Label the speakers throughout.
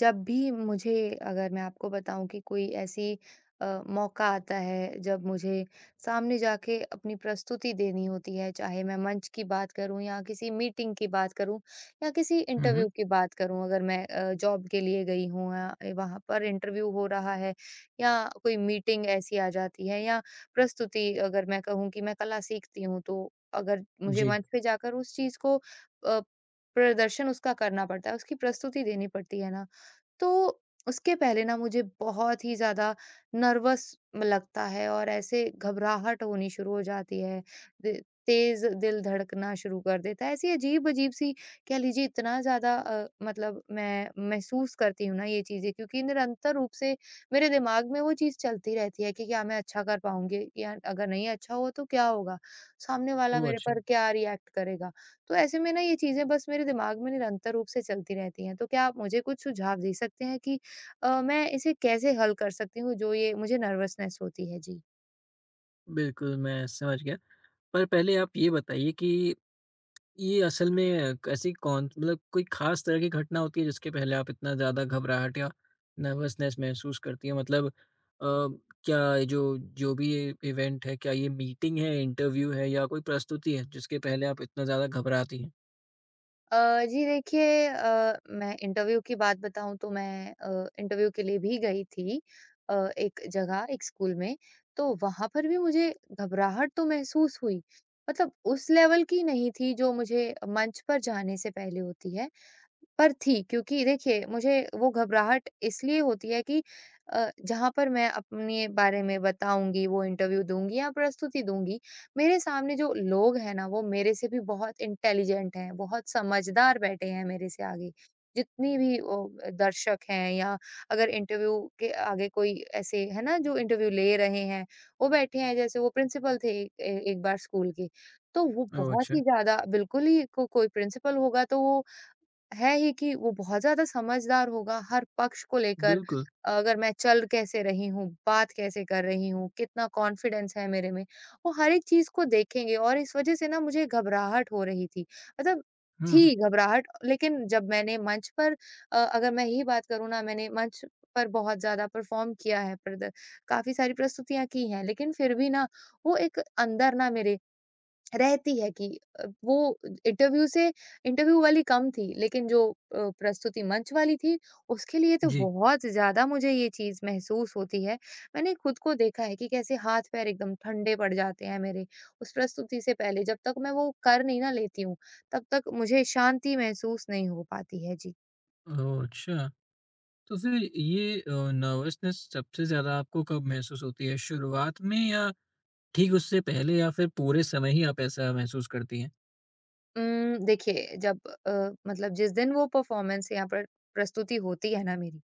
Speaker 1: जब भी मुझे अगर मैं आपको बताऊँ कि कोई ऐसी मौका आता है जब मुझे सामने जाके अपनी प्रस्तुति देनी होती है, चाहे मैं मंच की बात करूँ या किसी मीटिंग की बात करूँ या किसी
Speaker 2: हुँ, हुँ।
Speaker 1: इंटरव्यू की बात करूँ, अगर मैं जॉब के लिए गई हूँ या वहाँ पर इंटरव्यू हो रहा है या कोई मीटिंग ऐसी आ जाती है या प्रस्तुति, अगर मैं कहूँ कि मैं कला सीखती हूँ तो अगर मुझे
Speaker 2: जी।
Speaker 1: मंच पे जाकर उस चीज़ को अ, प्रदर्शन उसका करना पड़ता है, उसकी प्रस्तुति देनी पड़ती है ना, तो उसके पहले ना मुझे बहुत ही ज़्यादा नर्वस लगता है और ऐसे घबराहट होनी शुरू हो जाती है। दे तेज़ दिल धड़कना शुरू कर देता है। ऐसी अजीब-अजीब सी कह लीजिए, इतना ज़्यादा मतलब मैं महसूस करती हूँ ना ये चीज़ें, क्योंकि निरंतर रूप से मेरे दिमाग में वो चीज़ चलती रहती है कि क्या मैं अच्छा कर पाऊँगी? या अगर नहीं अच्छा हुआ तो क्या होगा? सामने वाला
Speaker 2: ओह!
Speaker 1: मेरे
Speaker 2: अच्छा।
Speaker 1: पर क्या रिएक्ट करेगा? तो ऐसे में ना ये चीज़ें बस मेरे दिमाग में निरंतर रूप से चलती रहती हैं। तो क्या आप मुझे कुछ सुझाव दे सकते हैं कि मैं इसे कैसे हल कर सकती हूँ जो ये मुझे नर्वसनेस होती है? जी।
Speaker 2: बिल्कुल, मैं समझ गया। पर पहले आप ये बताइए कि ये असल में ऐसी कौन मतलब कोई ख़ास तरह की घटना होती है जिसके पहले आप इतना ज़्यादा घबराहट या नर्वसनेस महसूस करती हैं? मतलब क्या ये जो जो भी ये इवेंट है, क्या ये मीटिंग है, इंटरव्यू है या कोई प्रस्तुति है जिसके पहले आप इतना ज़्यादा घबराती हैं?
Speaker 1: जी देखिए, मैं इंटरव्यू की बात बताऊँ तो मैं इंटरव्यू के लिए भी गई थी, एक जगह एक स्कूल में, तो वहाँ पर भी मुझे घबराहट तो महसूस हुई। मतलब उस लेवल की नहीं थी जो मुझे मंच पर जाने से पहले होती है। पर थी, क्योंकि देखिए मुझे वो घबराहट इसलिए होती है कि जहाँ पर मैं अपने बारे में बताऊँगी, वो इंटरव्यू दूँगी या प्रस्तुति दूँगी, मेरे सामने जो लोग हैं ना, वो मेरे से भी बहुत इंटेलिजेंट हैं, बहुत समझदार बैठे हैं मेरे से आगे। जितनी भी दर्शक हैं या अगर इंटरव्यू के आगे कोई ऐसे है ना जो इंटरव्यू ले रहे हैं, वो बैठे हैं जैसे वो प्रिंसिपल थे ए एक बार स्कूल के। तो वो
Speaker 2: ओह!
Speaker 1: बहुत ही
Speaker 2: अच्छा।
Speaker 1: ज़्यादा, बिल्कुल ही को कोई प्रिंसिपल होगा तो वो है ही कि वो बहुत ज़्यादा समझदार होगा हर पक्ष को लेकर।
Speaker 2: बिल्कुल।
Speaker 1: अगर मैं चल कैसे रही हूँ, बात कैसे कर रही हूँ, कितना कॉन्फिडेंस है मेरे में, वो हर एक चीज़ को देखेंगे, और इस वज़ह से ना मुझे घबराहट हो रही थी। मतलब
Speaker 2: हुँ,
Speaker 1: थी घबराहट, लेकिन जब मैंने मंच पर, अगर मैं ही बात करूँ ना, मैंने मंच पर बहुत ज़्यादा परफ़ॉर्म किया है, प्रद काफ़ी सारी प्रस्तुतियाँ की हैं, लेकिन फिर भी ना वो एक अंदर ना मेरे रहती है कि वो इंटरव्यू से इंटरव्यू वाली कम थी, लेकिन जो प्रस्तुति मंच वाली थी, उसके लिए तो
Speaker 2: जी।
Speaker 1: बहुत ज़्यादा मुझे ये चीज़ महसूस होती है। मैंने खुद को देखा है कि कैसे हाथ-पैर एकदम ठंडे पड़ जाते हैं मेरे, उस प्रस्तुति से पहले जब तक मैं वो कर नहीं ना लेती हूँ, तब तक मुझे शांति महसूस नहीं हो पाती है। जी।
Speaker 2: ओह! अच्छा। तो फिर ये नर्वसनेस सबसे ज़्यादा आपको कब महसूस होती है? शुरुआत में या ठीक उससे पहले या फिर पूरे समय ही आप ऐसा महसूस करती हैं?
Speaker 1: देखिए, अ, मतलब जिस दिन वो परफ़ॉर्मेंस या पर प्रस्तुति होती है ना मेरी,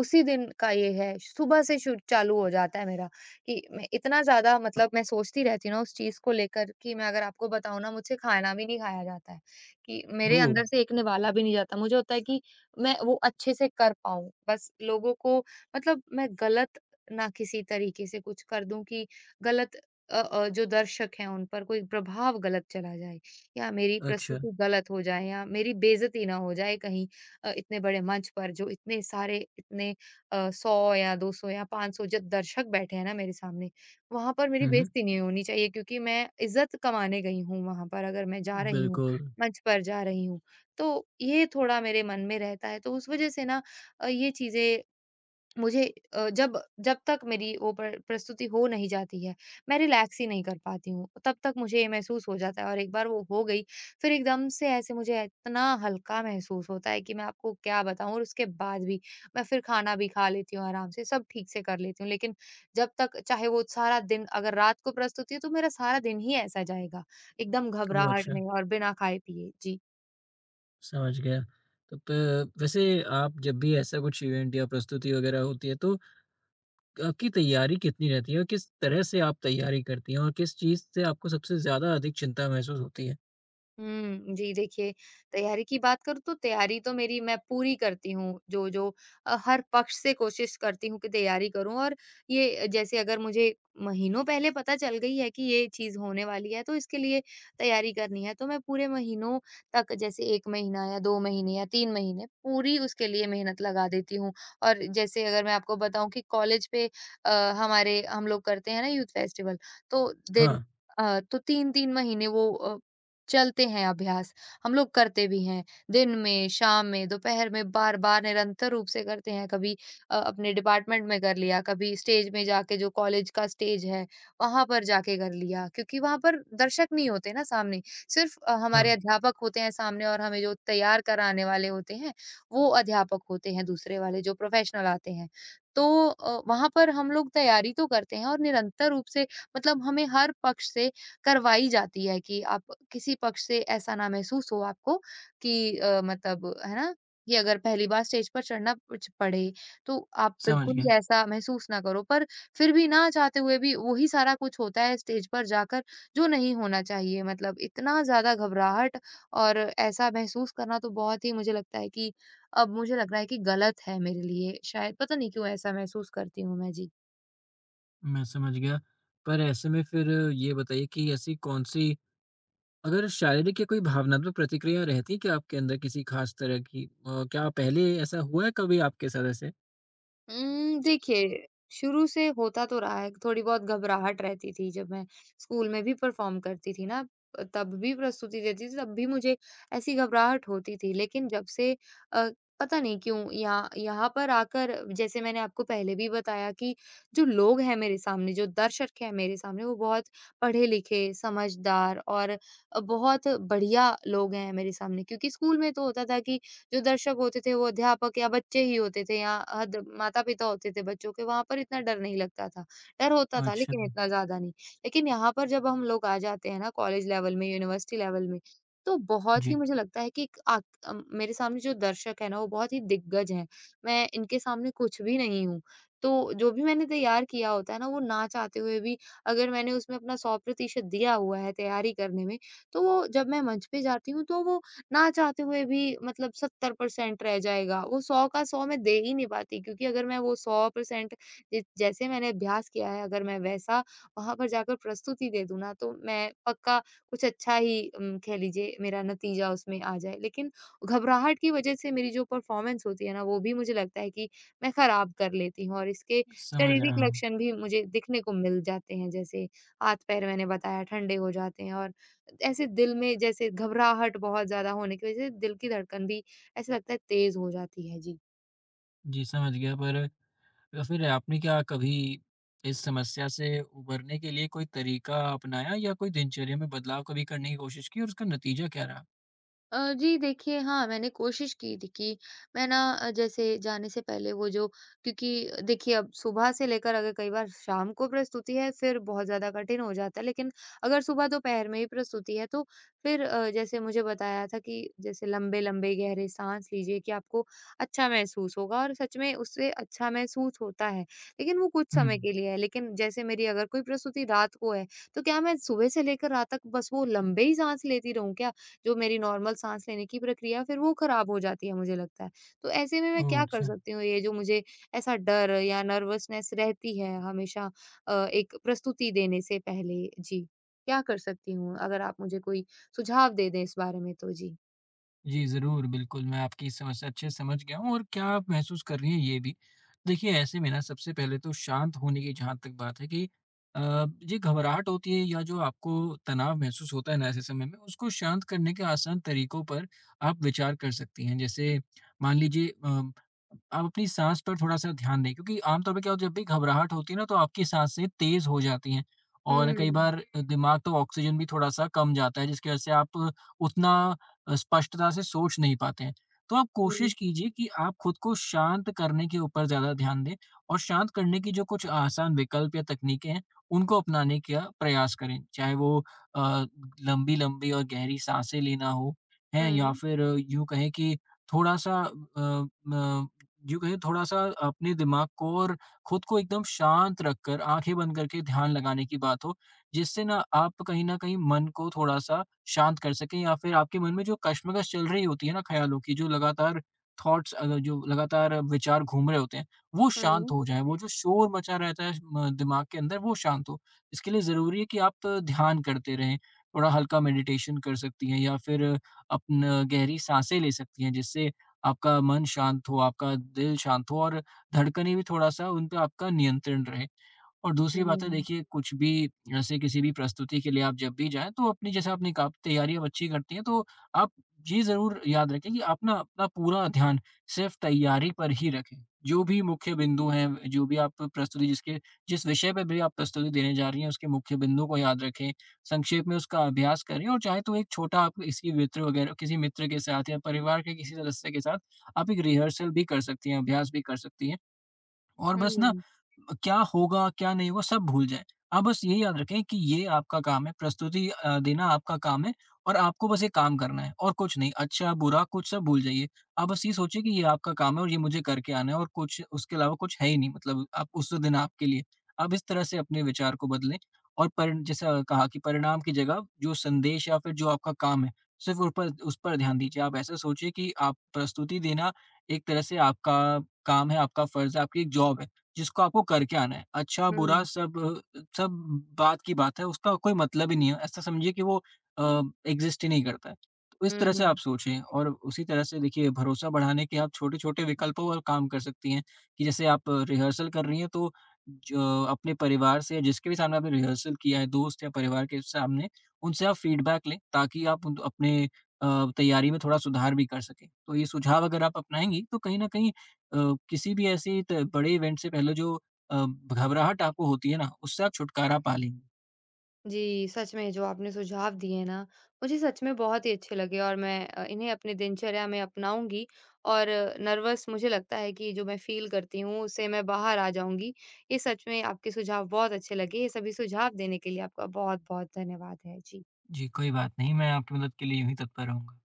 Speaker 1: उसी दिन का ये है, सुबह से शु चालू हो जाता है मेरा, कि मैं इतना ज़्यादा, मतलब मैं सोचती रहती हूँ ना उस चीज़ को लेकर, कि मैं अगर आपको बताऊँ ना, मुझसे खाना भी नहीं खाया जाता है, कि मेरे
Speaker 2: ओह!
Speaker 1: अंदर से एक निवाला भी नहीं जाता। मुझे होता है कि मैं वो अच्छे से कर पाऊँ, बस लोगों को, मतलब मैं गलत ना किसी तरीके से कुछ कर दूँ कि गलत जो दर्शक हैं उन पर कोई प्रभाव गलत चला जाए या मेरी
Speaker 2: अच्छा।
Speaker 1: प्रस्तुति गलत हो जाए या मेरी बेइज़्ज़ती ना हो जाए कहीं। इतने बड़े मंच पर, जो इतने सारे, इतने 100 या 200 या 500 जो दर्शक बैठे हैं ना मेरे सामने, वहाँ पर मेरी
Speaker 2: हुँ, हुँ।
Speaker 1: बेइज़्ज़ती नहीं होनी चाहिए, क्योंकि मैं इज़्ज़त कमाने गई हूँ वहाँ पर, अगर मैं जा रही हूँ,
Speaker 2: बिल्कुल।
Speaker 1: मंच पर जा रही हूँ। तो ये थोड़ा मेरे मन में रहता है, तो उस वज़ह से ना ये चीज़ें मुझे, अ, जब जब तक मेरी वो प्रस्तुति हो नहीं जाती है, मैं रिलैक्स ही नहीं कर पाती हूँ, तब तक मुझे ये महसूस हो जाता है, और एक बार वो हो गई, फिर एकदम से ऐसे मुझे इतना हल्का महसूस होता है कि मैं आपको क्या बताऊँ, और उसके बाद भी मैं फिर खाना भी खा लेती हूँ आराम से, सब ठीक से कर लेती हूँ। लेकिन जब तक, चाहे वो सारा दिन, अगर रात को प्रस्तुति है तो मेरा सारा दिन ही ऐसा जाएगा, एकदम
Speaker 2: ओह!
Speaker 1: घबराहट
Speaker 2: अच्छा,
Speaker 1: में और बिना खाए-पिए। जी।
Speaker 2: समझ गया। तो प वैसे आप जब भी ऐसा कुछ इवेंट या प्रस्तुति वगैरह होती है तो आपकी तैयारी कितनी रहती है और किस तरह से आप तैयारी करती हैं? और किस चीज़ से आपको सबसे ज़्यादा अधिक चिंता महसूस होती है?
Speaker 1: हुँ, जी देखिए, तैयारी की बात करूँ तो तैयारी तो मेरी मैं पूरी करती हूँ, जो-जो हर पक्ष से कोशिश करती हूँ कि तैयारी करूँ, और ये जैसे अगर मुझे महीनों पहले पता चल गई है कि ये चीज़ होने वाली है, तो इसके लिए तैयारी करनी है, तो मैं पूरे महीनों तक, जैसे 1 महीना या 2 महीने या 3 महीने पूरी उसके लिए मेहनत लगा देती हूँ। और जैसे अगर मैं आपको बताऊँ कि कॉलेज पे अ, हमारे हम लोग करते हैं ना यूथ फेस्टिवल, तो दिन
Speaker 2: हाँ,
Speaker 1: तो 3-3 महीने वो चलते हैं अभ्यास, हम लोग करते भी हैं। दिन में, शाम में, दोपहर में बार-बार निरंतर रूप से करते हैं। कभी अपने डिपार्टमेंट में कर लिया, कभी स्टेज में जाके जो कॉलेज का स्टेज है, वहाँ पर जाके कर लिया। क्योंकि वहाँ पर दर्शक नहीं होते ना सामने, सिर्फ़
Speaker 2: हाँ,
Speaker 1: हमारे अध्यापक होते हैं सामने, और हमें जो तैयार कराने वाले होते हैं, वो अध्यापक होते हैं दूसरे वाले जो प्रोफ़ेशनल आते हैं। तो वहाँ पर हम लोग तैयारी तो करते हैं, और निरंतर रूप से, मतलब हमें हर पक्ष से करवाई जाती है कि आप किसी पक्ष से ऐसा ना महसूस हो आपको कि मतलब, है ना? कि अगर पहली बार स्टेज पर चढ़ना कुछ पड़े, तो आप
Speaker 2: समझ
Speaker 1: बिल्कुल
Speaker 2: गया,
Speaker 1: ही ऐसा महसूस ना करो। पर फिर भी ना चाहते हुए भी वही सारा कुछ होता है स्टेज पर जाकर, जो नहीं होना चाहिए। मतलब इतना ज़्यादा घबराहट और ऐसा महसूस करना तो बहुत ही, मुझे लगता है कि अब मुझे लग रहा है कि गलत है मेरे लिए शायद, पता नहीं क्यों ऐसा महसूस करती हूँ मैं। जी।
Speaker 2: मैं समझ गया। पर ऐसे में फिर ये बताइए कि ऐसी कौन-सी अगर शारीरिक या कोई भावनात्मक प्रतिक्रिया रहती है क्या आपके अंदर किसी खास तरह की? क्या पहले ऐसा हुआ है कभी आपके साथ ऐसे?
Speaker 1: देखिए, शुरू से होता तो रहा है, थोड़ी बहुत घबराहट रहती थी जब मैं स्कूल में भी परफ़ॉर्म करती थी ना, तब भी प्रस्तुति देती थी, तब भी मुझे ऐसी घबराहट होती थी। लेकिन जब से अ, पता नहीं क्यों यहाँ यहाँ पर आकर, जैसे मैंने आपको पहले भी बताया कि जो लोग हैं मेरे सामने, जो दर्शक हैं मेरे सामने, वो बहुत पढ़े-लिखे, समझदार और बहुत बढ़िया लोग हैं मेरे सामने। क्योंकि स्कूल में तो होता था कि जो दर्शक होते थे वो अध्यापक या बच्चे ही होते थे, या हद माता-पिता होते थे बच्चों के, वहाँ पर इतना डर नहीं लगता था। डर होता था,
Speaker 2: अच्छा,
Speaker 1: लेकिन इतना ज़्यादा नहीं। लेकिन यहाँ पर जब हम लोग आ जाते हैं ना कॉलेज लेवल में, यूनिवर्सिटी लेवल में, तो बहुत ही
Speaker 2: जी,
Speaker 1: मुझे लगता है कि एक मेरे सामने जो दर्शक है ना, वो बहुत ही दिग्गज हैं। मैं इनके सामने कुछ भी नहीं हूँ। तो जो भी मैंने तैयार किया होता है ना, वो ना चाहते हुए भी, अगर मैंने उसमें अपना 100% दिया हुआ है तैयारी करने में, तो वो जब मैं मंच पे जाती हूँ तो वो ना चाहते हुए भी मतलब 70% रह जाएगा, वो 100 का 100 मैं दे ही नहीं पाती, क्योंकि अगर मैं वो 100%, जि जैसे मैंने अभ्यास किया है, अगर मैं वैसा वहाँ पर जाकर प्रस्तुति दे दूँ ना, तो मैं पक्का कुछ अच्छा ही, कह लीजिए, मेरा नतीजा उसमें आ जाए। लेकिन घबराहट की वजह से मेरी जो परफ़ॉर्मेंस होती है ना, वो भी मुझे लगता है कि मैं खराब कर लेती हूँ, और इसके
Speaker 2: समझ रहा
Speaker 1: शारीरिक
Speaker 2: हूँ।
Speaker 1: लक्षण भी मुझे दिखने को मिल जाते हैं, जैसे हाथ-पैर मैंने बताया ठंडे हो जाते हैं, और ऐसे दिल में जैसे घबराहट बहुत ज़्यादा होने की वज़ह से दिल की धड़कन भी ऐसा लगता है तेज़ हो जाती है। जी।
Speaker 2: जी, समझ गया पर फिर आपने क्या कभी इस समस्या से उभरने के लिए कोई तरीका अपनाया या कोई दिनचर्या में बदलाव कभी करने की कोशिश की और उसका नतीजा क्या रहा?
Speaker 1: जी देखिए, हाँ, मैंने कोशिश की थी कि मैं ना, जैसे जाने से पहले वो जो, क्योंकि देखिए अब सुबह से लेकर अगर कई बार शाम को प्रस्तुति है फिर बहुत ज़्यादा कठिन हो जाता है। लेकिन अगर सुबह दोपहर में ही प्रस्तुति है तो फिर जैसे मुझे बताया था कि जैसे लंबे-लंबे गहरे साँस लीजिए कि आपको अच्छा महसूस होगा, और सच में उससे अच्छा महसूस होता है। लेकिन वो कुछ
Speaker 2: हुँ।
Speaker 1: समय के लिए है। लेकिन जैसे मेरी अगर कोई प्रस्तुति रात को है, तो क्या मैं सुबह से लेकर रात तक बस वो लंबे ही साँस लेती रहूँ क्या? जो मेरी नॉर्मल साँस लेने की प्रक्रिया है, फिर वो खराब हो जाती है, मुझे लगता है। तो ऐसे में मैं
Speaker 2: ओह!
Speaker 1: क्या कर
Speaker 2: अच्छा।
Speaker 1: सकती हूँ? ये जो मुझे ऐसा डर या नर्वसनेस रहती है हमेशा एक प्रस्तुति देने से पहले? जी, क्या कर सकती हूँ? अगर आप मुझे कोई सुझाव दे दें इस बारे में, तो जी।
Speaker 2: जी, ज़रूर, बिल्कुल, मैं आपकी इस समस्या अच्छे से समझ गया हूँ और क्या आप महसूस कर रही हैं, ये भी। देखिए, ऐसे में ना, सबसे पहले तो शांत होने की जहाँ तक बात है कि अ, ये घबराहट होती है या जो आपको तनाव महसूस होता है ना, ऐसे समय में, उसको शांत करने के आसान तरीकों पर आप विचार कर सकती हैं। जैसे मान लीजिए आप अपनी साँस पर थोड़ा-सा ध्यान दें क्योंकि आम तौर पे क्या होता है, जब भी घबराहट होती है ना, तो आपकी साँसें तेज़ हो जाती हैं और कई
Speaker 1: हुँ,
Speaker 2: बार दिमाग तो ऑक्सीजन भी थोड़ा-सा कम जाता है, जिसकी वजह से आप उतना स्पष्टता से सोच नहीं पाते हैं। तो आप
Speaker 1: हुँ,
Speaker 2: कोशिश कीजिए कि आप खुद को शांत करने के ऊपर ज़्यादा ध्यान दें और शांत करने की जो कुछ आसान विकल्प या तकनीकें हैं, उनको अपनाने का प्रयास करें। चाहे वो अ, लंबी-लंबी और गहरी साँसें लेना हो, हैं? या
Speaker 1: हुँ,
Speaker 2: फिर यूँ कहें कि थोड़ा-सा अ, म यूँ कहें थोड़ा-सा अपने दिमाग को और खुद को एकदम शांत रखकर, आँखें बंद करके ध्यान लगाने की बात हो। जिससे ना आप कहीं न कहीं मन को थोड़ा-सा शांत कर सकें या फिर आपके मन में जो कश्मकश चल रही होती है ना ख़्यालों की, जो लगातार जो लगातार विचार घूम रहे होते हैं, वो
Speaker 1: हुँ,
Speaker 2: शांत
Speaker 1: हुँ,
Speaker 2: हो जाएँ, वो जो शोर मचा रहता है म दिमाग के अंदर वो शांत हो। इसके लिए ज़रूरी है कि आप ध्यान करते रहें, थोड़ा हल्का मेडिटेशन कर सकती हैं या फिर अपना गहरी साँसें ले सकती हैं जिससे आपका मन शांत हो, आपका दिल शांत हो और धड़कनें भी थोड़ा-सा उन पे आपका नियंत्रण रहे। और दूसरी बात है
Speaker 1: हुँ,
Speaker 2: देखिए कुछ भी ऐसे किसी भी प्रस्तुति के लिए आप जब भी जाएँ तो अपनी जैसे आपने कहा आप तैयारी अब अच्छी करती हैं तो आप ये ज़रूर याद रखें कि आप ना अपना पूरा ध्यान सिर्फ़ तैयारी पर ही रखें। जो भी मुख्य बिंदु हैं, जो भी आप प्रस्तुति जिसके जिस विषय पे भी आप प्रस्तुति देने जा रही हैं उसके मुख्य बिंदु को याद रखें, संक्षेप में उसका अभ्यास करें और चाहे तो एक छोटा आप किसी मित्र वगैरह किसी मित्र के साथ या परिवार के किसी सदस्य के साथ आप एक रिहर्सल भी कर सकती हैं, अभ्यास भी कर सकती हैं। और बस ना
Speaker 1: हुँ,
Speaker 2: क्या होगा, क्या नहीं होगा, सब भूल जाएँ। आप बस ये याद रखें कि ये आपका काम है, देना आपका काम है और आपको बस ये काम करना है और कुछ नहीं। अच्छा, बुरा कुछ सब भूल जाइए। आप बस ये सोचिए कि ये आपका काम है और ये मुझे करके आना है और कुछ उसके अलावा कुछ है ही नहीं मतलब आप उस दिन आपके लिए। आप इस तरह से अपने विचार को बदलें और परि जैसा कहा कि परिणाम की जगह जो संदेश या फिर जो आपका काम है, सिर्फ़ उस पर ध्यान दीजिए। आप ऐसा सोचिए कि आप प्रस्तुति देना एक तरह से आपका काम है, आपका फ़र्ज़ है, आपकी एक जॉब है, जिसको आपको करके आना है। अच्छा-बुरा
Speaker 1: हुँ,
Speaker 2: सब सब बात की बात है, उसका कोई मतलब ही नहीं है। ऐसा समझिए कि वो अ, एग्ज़िस्ट ही नहीं करता है। तो इस
Speaker 1: हुँ,
Speaker 2: तरह से
Speaker 1: हुँ।
Speaker 2: आप सोचें और उसी तरह से देखिए भरोसा बढ़ाने के आप छोटे-छोटे विकल्पों पर काम कर सकती हैं, कि जैसे आप रिहर्सल कर रही हैं तो ज अपने परिवार से या जिसके भी सामने आपने रिहर्सल किया है, दोस्त या परिवार के सामने, उनसे आप फ़ीडबैक लें ताकि आप उन अपने तैयारी में थोड़ा सुधार भी कर सकें। तो ये सुझाव अगर आप अपनाएँगी, तो कहीं न कहीं अ, किसी भी ऐसी त बड़े इवेंट से पहले जो अ, घबराहट आपको होती है ना, उससे आप छुटकारा पा लेंगे।
Speaker 1: जी, सच में जो आपने सुझाव दिए हैं ना, मुझे सच में बहुत ही अच्छे लगे, और मैं इन्हें अपनी दिनचर्या में अपनाऊँगी, और नर्वस मुझे लगता है कि जो मैं फ़ील करती हूँ, उससे मैं बाहर आ जाऊँगी। ये सच में आपके सुझाव बहुत अच्छे लगे। ये सभी सुझाव देने के लिए आपका बहुत-बहुत धन्यवाद है। जी।
Speaker 2: जी, कोई बात नहीं, मैं आपकी मदद के लिए यूँ ही तत्पर रहूँगा।